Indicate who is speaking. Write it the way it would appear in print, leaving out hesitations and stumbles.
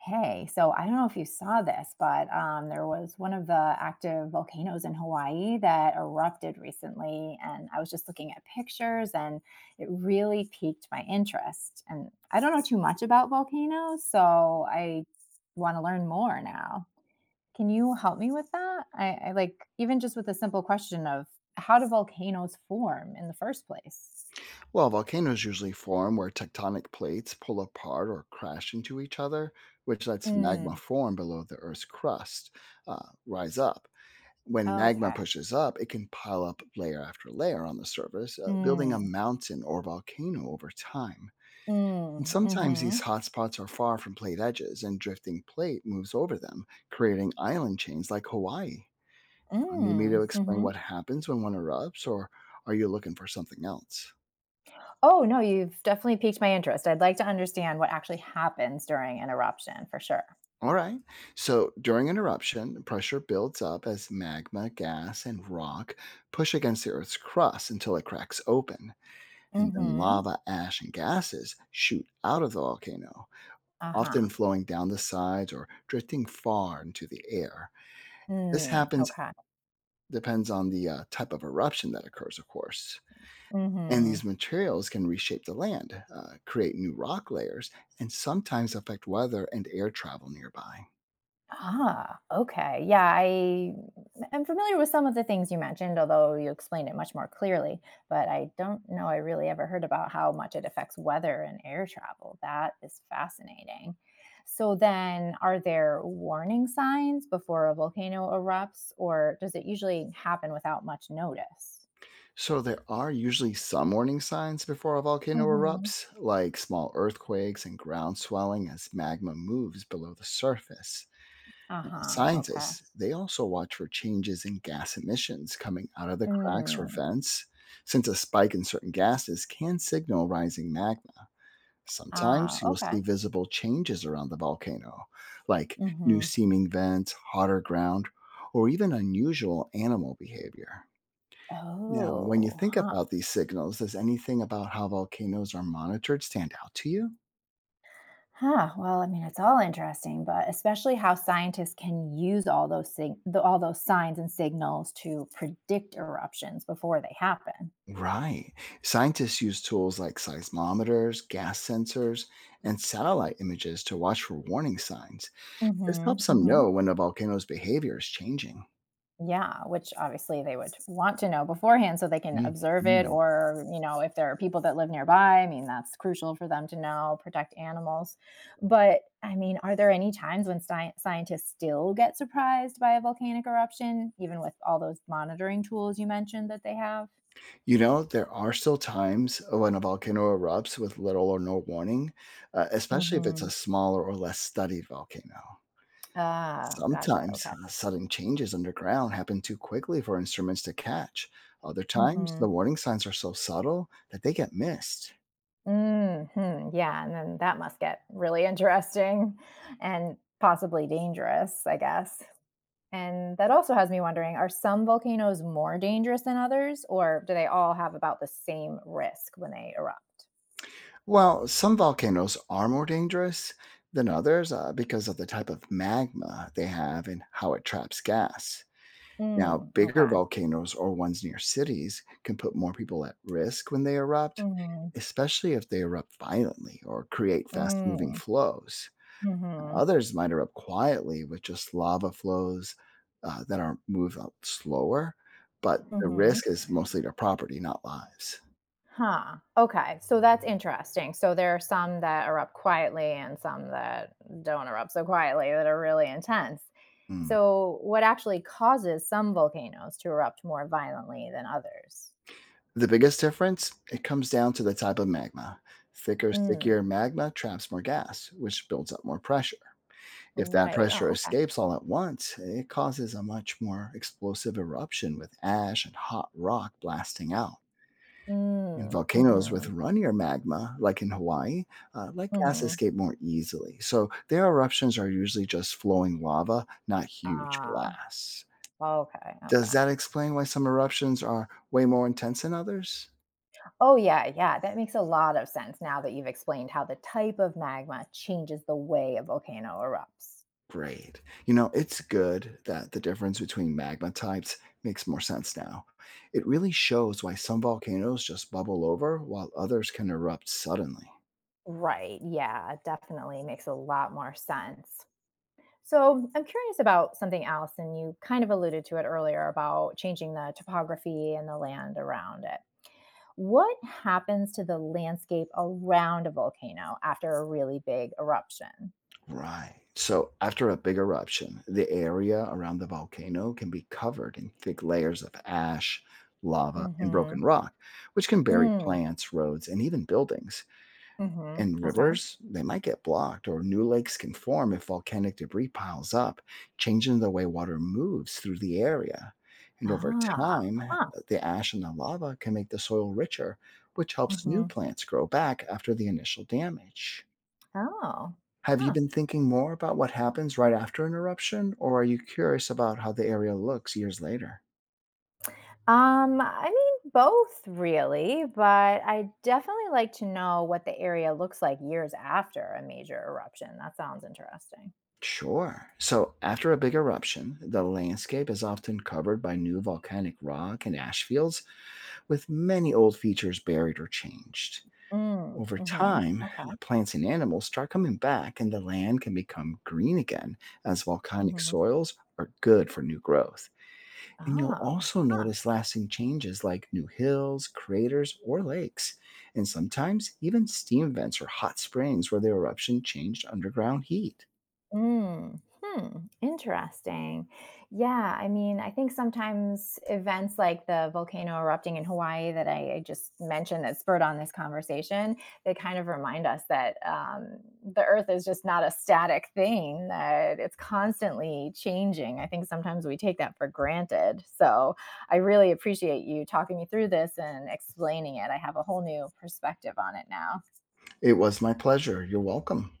Speaker 1: Hey, so I don't know if you saw this, but there was one of the active volcanoes in Hawaii that erupted recently. And I was just looking at pictures and it really piqued my interest. And I don't know too much about volcanoes, so I want to learn more now. Can you help me with that? I like, even just with a simple question of how do volcanoes form in the first place?
Speaker 2: Well, volcanoes usually form where tectonic plates pull apart or crash into each other, which lets magma
Speaker 1: Mm,
Speaker 2: form below the Earth's crust, rise up. When magma
Speaker 1: okay.
Speaker 2: pushes up, it can pile up layer after layer on the surface, building a
Speaker 1: Mm,
Speaker 2: mountain or volcano over time. And
Speaker 1: mm,
Speaker 2: sometimes
Speaker 1: mm-hmm.
Speaker 2: these hotspots are far from plate edges, and drifting plate moves over them, creating island chains like Hawaii. Need me
Speaker 1: Mm,
Speaker 2: to explain
Speaker 1: mm-hmm.
Speaker 2: what happens when one erupts, or are you looking for something else?
Speaker 1: Oh, no, you've definitely piqued my interest. I'd like to understand what actually happens during an eruption for sure.
Speaker 2: All right. So during an eruption, pressure builds up as magma, gas, and rock push against the Earth's crust until it cracks open. And then
Speaker 1: Mhm.
Speaker 2: lava, ash, and gases shoot out of the volcano,
Speaker 1: Uh-huh.
Speaker 2: often flowing down the sides or drifting far into the air. This
Speaker 1: Mm,
Speaker 2: happens
Speaker 1: okay.
Speaker 2: depends on the type of eruption that occurs, of course. And
Speaker 1: Mhm.
Speaker 2: these materials can reshape the land, create new rock layers, and sometimes affect weather and air travel nearby.
Speaker 1: Ah, okay. Yeah, I am familiar with some of the things you mentioned, although you explained it much more clearly, but I don't know I really ever heard about how much it affects weather and air travel. That is fascinating. So then are there warning signs before a volcano erupts or does it usually happen without much notice?
Speaker 2: So there are usually some warning signs before a volcano
Speaker 1: Mm-hmm.
Speaker 2: erupts, like small earthquakes and ground swelling as magma moves below the surface. Now,
Speaker 1: Uh-huh. Okay.
Speaker 2: scientists, they also watch for changes in gas emissions coming out of the cracks or
Speaker 1: Mm.
Speaker 2: vents, since a spike in certain gases can signal rising magma. Sometimes
Speaker 1: Ah,
Speaker 2: you'll
Speaker 1: okay.
Speaker 2: see visible changes around the volcano, like new
Speaker 1: Mm-hmm.
Speaker 2: seeming vents, hotter ground, or even unusual animal behavior. Now, when you
Speaker 1: Oh,
Speaker 2: think
Speaker 1: huh.
Speaker 2: about these signals, does anything about how volcanoes are monitored stand out to you?
Speaker 1: Huh. Well, I mean, it's all interesting, but especially how scientists can use all those all those signs and signals to predict eruptions before they happen.
Speaker 2: Right. Scientists use tools like seismometers, gas sensors, and satellite images to watch for warning signs. This
Speaker 1: Mm-hmm.
Speaker 2: helps them
Speaker 1: Mm-hmm.
Speaker 2: know when a volcano's behavior is changing.
Speaker 1: Yeah, which obviously they would want to know beforehand so they can observe it,
Speaker 2: Mhm.
Speaker 1: or, you know, if there are people that live nearby, I mean, that's crucial for them to know, protect animals. But I mean, are there any times when scientists still get surprised by a volcanic eruption, even with all those monitoring tools you mentioned that they have?
Speaker 2: You know, there are still times when a volcano erupts with little or no warning, especially if it's
Speaker 1: Mm-hmm.
Speaker 2: a smaller or less studied volcano.
Speaker 1: Ah, gotcha.
Speaker 2: Sometimes
Speaker 1: Okay.
Speaker 2: sudden changes underground happen too quickly for instruments to catch. Other times,
Speaker 1: Mm-hmm.
Speaker 2: the warning signs are so subtle that they get missed.
Speaker 1: Mm-hmm. Yeah, and then that must get really interesting and possibly dangerous, I guess. And that also has me wondering are some volcanoes more dangerous than others, or do they all have about the same risk when they erupt?
Speaker 2: While some volcanoes are more dangerous than others because of the type of magma they have and how it traps gas. Now,
Speaker 1: Mm,
Speaker 2: bigger
Speaker 1: okay.
Speaker 2: volcanoes or ones near cities can put more people at risk when they erupt,
Speaker 1: Hmm.
Speaker 2: especially if they erupt violently or create fast moving
Speaker 1: Mm,
Speaker 2: flows.
Speaker 1: hmm,
Speaker 2: Others might erupt quietly with just lava flows that are moved up slower, but the
Speaker 1: hmm.
Speaker 2: risk is mostly to property, not lives.
Speaker 1: Huh. Okay. So that's interesting. So there are some that erupt quietly and some that don't erupt so quietly that are really intense.
Speaker 2: Hmm.
Speaker 1: So, what actually causes some volcanoes to erupt more violently than others?
Speaker 2: The biggest difference it comes down to the type of magma. Thicker,
Speaker 1: Mm,
Speaker 2: stickier magma traps more gas, which builds up more pressure. If that
Speaker 1: right.
Speaker 2: pressure
Speaker 1: Oh, okay.
Speaker 2: escapes all at once, it causes a much more explosive eruption with ash and hot rock blasting out. In
Speaker 1: Mm,
Speaker 2: volcanoes with
Speaker 1: hmm,
Speaker 2: runnier magma, like in Hawaii, let gas
Speaker 1: hmm.
Speaker 2: escape more easily. So their eruptions are usually just flowing lava, not huge
Speaker 1: Ah,
Speaker 2: blasts.
Speaker 1: okay,
Speaker 2: Does
Speaker 1: okay.
Speaker 2: that explain why some eruptions are way more intense than others?
Speaker 1: Oh, yeah, yeah, that makes a lot of sense now that you've explained how the type of magma changes the way a volcano erupts.
Speaker 2: Great. You know, it's good that the difference between magma types makes more sense now. It really shows why some volcanoes just bubble over while others can erupt suddenly.
Speaker 1: Right, yeah, definitely makes a lot more sense. So, I'm curious about something else, and you kind of alluded to it earlier about changing the topography and the land around it. What happens to the landscape around a volcano after a really big eruption?
Speaker 2: Right. So, after a big eruption, the area around the volcano can be covered in thick layers of ash, lava, and
Speaker 1: Mm-hmm.
Speaker 2: broken rock, which can bury
Speaker 1: Mm.
Speaker 2: plants, roads, and even buildings.
Speaker 1: Hmm, mm hmm
Speaker 2: And
Speaker 1: Okay.
Speaker 2: rivers, they might get blocked, or new lakes can form if volcanic debris piles up, changing the way water moves through the area. And over
Speaker 1: Ah,
Speaker 2: time,
Speaker 1: huh.
Speaker 2: the ash and the lava can make the soil richer, which helps new
Speaker 1: Mhm.
Speaker 2: plants grow back after the initial damage.
Speaker 1: Oh.
Speaker 2: Have you
Speaker 1: Huh.
Speaker 2: been thinking more about what happens right after an eruption, or are you curious about how the area looks years later?
Speaker 1: I mean both really, but I definitely like to know what the area looks like years after a major eruption. That sounds interesting.
Speaker 2: Sure. So, after a big eruption, the landscape is often covered by new volcanic rock and ash fields, with many old features buried or changed.
Speaker 1: Mm,
Speaker 2: Over
Speaker 1: mhm.
Speaker 2: time,
Speaker 1: Okay.
Speaker 2: plants and animals start coming back, and the land can become green again as volcanic
Speaker 1: Mhm.
Speaker 2: soils are good for new growth. And you'll
Speaker 1: Oh,
Speaker 2: also
Speaker 1: huh.
Speaker 2: notice lasting changes like new hills, craters, or lakes, and sometimes even steam vents or hot springs where the eruption changed underground heat.
Speaker 1: Mm, hmm, interesting. Yeah, I mean, I think sometimes events like the volcano erupting in Hawaii that I just mentioned that spurred on this conversation, they kind of remind us that the Earth is just not a static thing, that it's constantly changing. I think sometimes we take that for granted. So I really appreciate you talking me through this and explaining it. I have a whole new perspective on it now.
Speaker 2: It was my pleasure. You're welcome.